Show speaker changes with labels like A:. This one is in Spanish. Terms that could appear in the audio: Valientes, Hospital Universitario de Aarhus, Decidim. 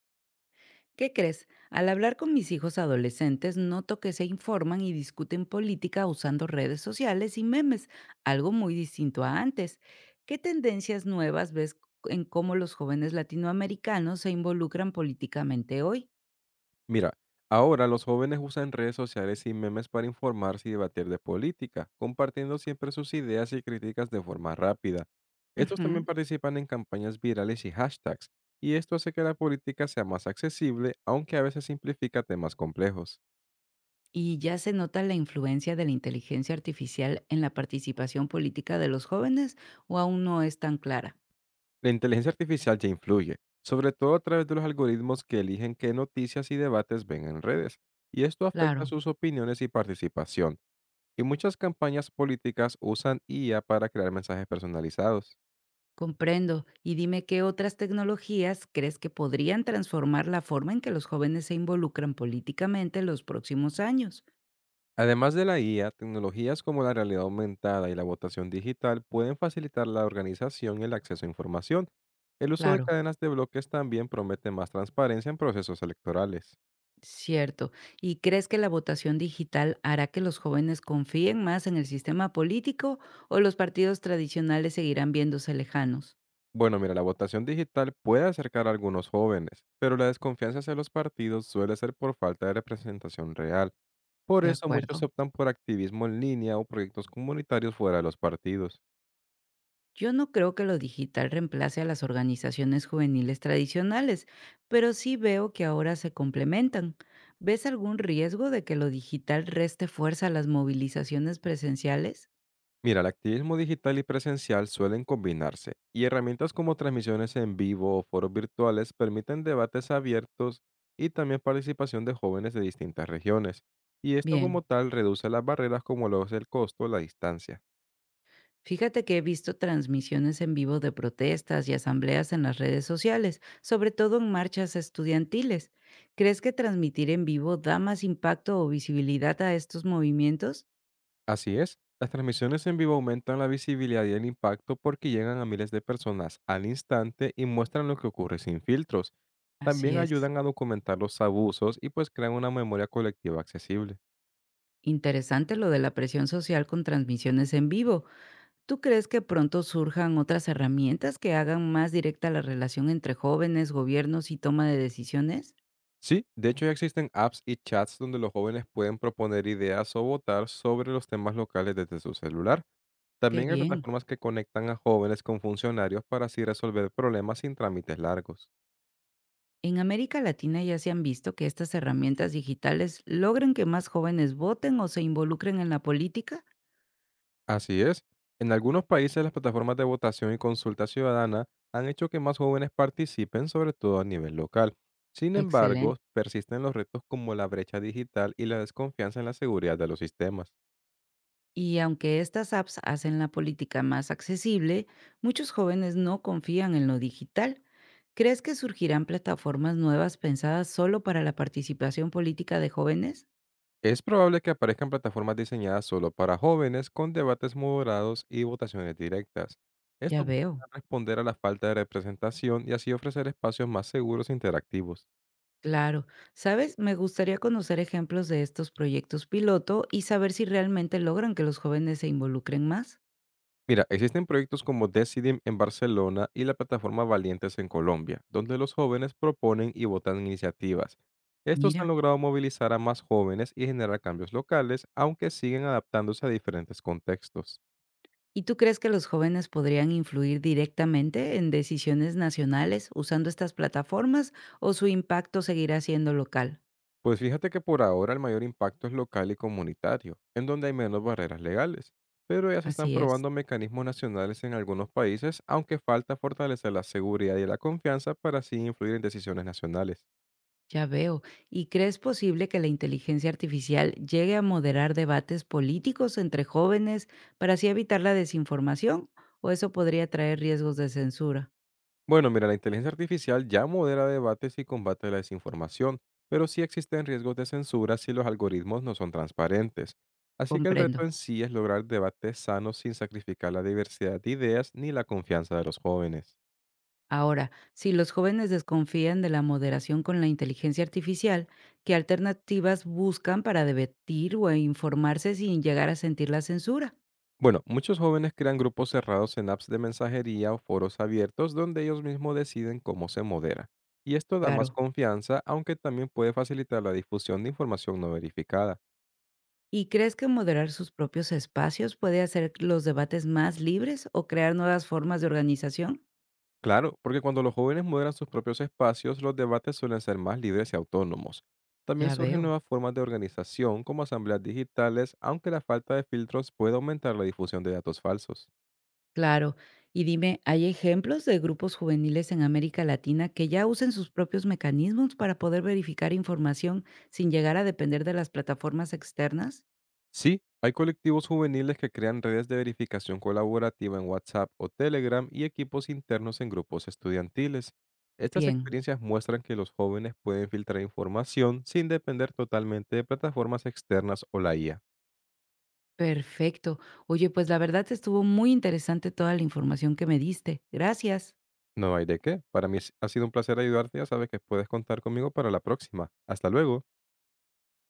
A: ¿Qué crees? Al hablar con mis hijos adolescentes, noto que se informan y discuten política usando redes sociales y memes, algo muy distinto a antes. ¿Qué tendencias nuevas ves en cómo los jóvenes latinoamericanos se involucran políticamente hoy?
B: Mira, ahora los jóvenes usan redes sociales y memes para informarse y debatir de política, compartiendo siempre sus ideas y críticas de forma rápida. Estos también
A: Ujú.
B: participan en campañas virales y hashtags, y esto hace que la política sea más accesible, aunque a veces simplifica temas complejos.
A: Y ya se nota la influencia de la inteligencia artificial en la participación política de los jóvenes o aún no es tan clara.
B: La inteligencia artificial ya influye, sobre todo a través de los algoritmos que eligen qué noticias y debates ven en redes, y esto afecta
A: Claro.
B: sus opiniones y participación, y muchas campañas políticas usan IA para crear mensajes personalizados.
A: Comprendo. Y dime qué otras tecnologías crees que podrían transformar la forma en que los jóvenes se involucran políticamente en los próximos años.
B: Además de la IA, tecnologías como la realidad aumentada y la votación digital pueden facilitar la organización y el acceso a información. El uso de
A: Claro,
B: cadenas de bloques también promete más transparencia en procesos electorales.
A: cierto. ¿Y crees que la votación digital hará que los jóvenes confíen más en el sistema político o los partidos tradicionales seguirán viéndose lejanos?
B: Bueno, mira, la votación digital puede acercar a algunos jóvenes, pero la desconfianza hacia los partidos suele ser por falta de representación real. Por
A: De
B: eso
A: acuerdo.
B: muchos optan por activismo en línea o proyectos comunitarios fuera de los partidos.
A: Yo no creo que lo digital reemplace a las organizaciones juveniles tradicionales, pero sí veo que ahora se complementan. ¿Ves algún riesgo de que lo digital reste fuerza a las movilizaciones presenciales?
B: Mira, el activismo digital y presencial suelen combinarse, y herramientas como transmisiones en vivo o foros virtuales permiten debates abiertos y también participación de jóvenes de distintas regiones, y esto
A: Bien,
B: como tal reduce las barreras como lo es el costo o la distancia.
A: fíjate que he visto transmisiones en vivo de protestas y asambleas en las redes sociales, sobre todo en marchas estudiantiles. ¿Crees que transmitir en vivo da más impacto o visibilidad a estos movimientos?
B: Así es, las transmisiones en vivo aumentan la visibilidad y el impacto porque llegan a miles de personas al instante y muestran lo que ocurre sin filtros.
A: Así
B: También
A: es.
B: ayudan a documentar los abusos y pues crean una memoria colectiva accesible.
A: Interesante lo de la presión social con transmisiones en vivo. ¿Tú crees que pronto surjan otras herramientas que hagan más directa la relación entre jóvenes, gobiernos y toma de decisiones?
B: Sí, de hecho ya existen apps y chats donde los jóvenes pueden proponer ideas o votar sobre los temas locales desde su celular.
A: Qué
B: También hay
A: bien.
B: plataformas que conectan a jóvenes con funcionarios para así resolver problemas sin trámites largos.
A: En América Latina ya se han visto que estas herramientas digitales logran que más jóvenes voten o se involucren en la política.
B: Así es, en algunos países las plataformas de votación y consulta ciudadana han hecho que más jóvenes participen, sobre todo a nivel local. Sin
A: Excelente.
B: embargo, persisten los retos como la brecha digital y la desconfianza en la seguridad de los sistemas.
A: Y aunque estas apps hacen la política más accesible, muchos jóvenes no confían en lo digital. ¿Crees que surgirán plataformas nuevas pensadas solo para la participación política de jóvenes?
B: Es probable que aparezcan plataformas diseñadas solo para jóvenes con debates moderados y votaciones directas.
A: Ya
B: Esto
A: veo.
B: busca responder a la falta de representación y así ofrecer espacios más seguros e interactivos.
A: Claro, ¿sabes? Me gustaría conocer ejemplos de estos proyectos piloto y saber si realmente logran que los jóvenes se involucren más.
B: Mira, existen proyectos como Decidim en Barcelona y la plataforma Valientes en Colombia, donde los jóvenes proponen y votan iniciativas. Estos han
A: Mira,
B: logrado movilizar a más jóvenes y generar cambios locales, aunque siguen adaptándose a diferentes contextos.
A: ¿y tú crees que los jóvenes podrían influir directamente en decisiones nacionales usando estas plataformas o su impacto seguirá siendo local?
B: Pues fíjate que por ahora el mayor impacto es local y comunitario, en donde hay menos barreras legales, pero ya se están
A: Así es,
B: probando mecanismos nacionales en algunos países, aunque falta fortalecer la seguridad y la confianza para así influir en decisiones nacionales.
A: ya veo. ¿Y crees posible que la inteligencia artificial llegue a moderar debates políticos entre jóvenes para así evitar la desinformación o eso podría traer riesgos de censura?
B: Bueno, mira, la inteligencia artificial ya modera debates y combate la desinformación, pero sí existen riesgos de censura si los algoritmos no son transparentes. Así que el
A: Comprendo.
B: reto en sí es lograr debates sanos sin sacrificar la diversidad de ideas ni la confianza de los jóvenes.
A: Ahora, si los jóvenes desconfían de la moderación con la inteligencia artificial, ¿qué alternativas buscan para debatir o informarse sin llegar a sentir la censura?
B: Bueno, muchos jóvenes crean grupos cerrados en apps de mensajería o foros abiertos donde ellos mismos deciden cómo se modera. Y esto da más
A: Claro.
B: confianza, aunque también puede facilitar la difusión de información no verificada.
A: ¿Y crees que moderar sus propios espacios puede hacer los debates más libres o crear nuevas formas de organización?
B: Claro, porque cuando los jóvenes moderan sus propios espacios, los debates suelen ser más libres y autónomos. También
A: Ya
B: surgen
A: veo.
B: nuevas formas de organización como asambleas digitales, aunque la falta de filtros puede aumentar la difusión de datos falsos.
A: Claro. Y dime, ¿hay ejemplos de grupos juveniles en América Latina que ya usen sus propios mecanismos para poder verificar información sin llegar a depender de las plataformas externas?
B: Sí, hay colectivos juveniles que crean redes de verificación colaborativa en WhatsApp o Telegram y equipos internos en grupos estudiantiles. Estas
A: Bien.
B: experiencias muestran que los jóvenes pueden filtrar información sin depender totalmente de plataformas externas o la IA.
A: Perfecto. Oye, pues la verdad estuvo muy interesante toda la información que me diste. Gracias.
B: No hay de qué. Para mí es- ha sido un placer ayudarte. Ya sabes que puedes contar conmigo para la próxima. Hasta luego.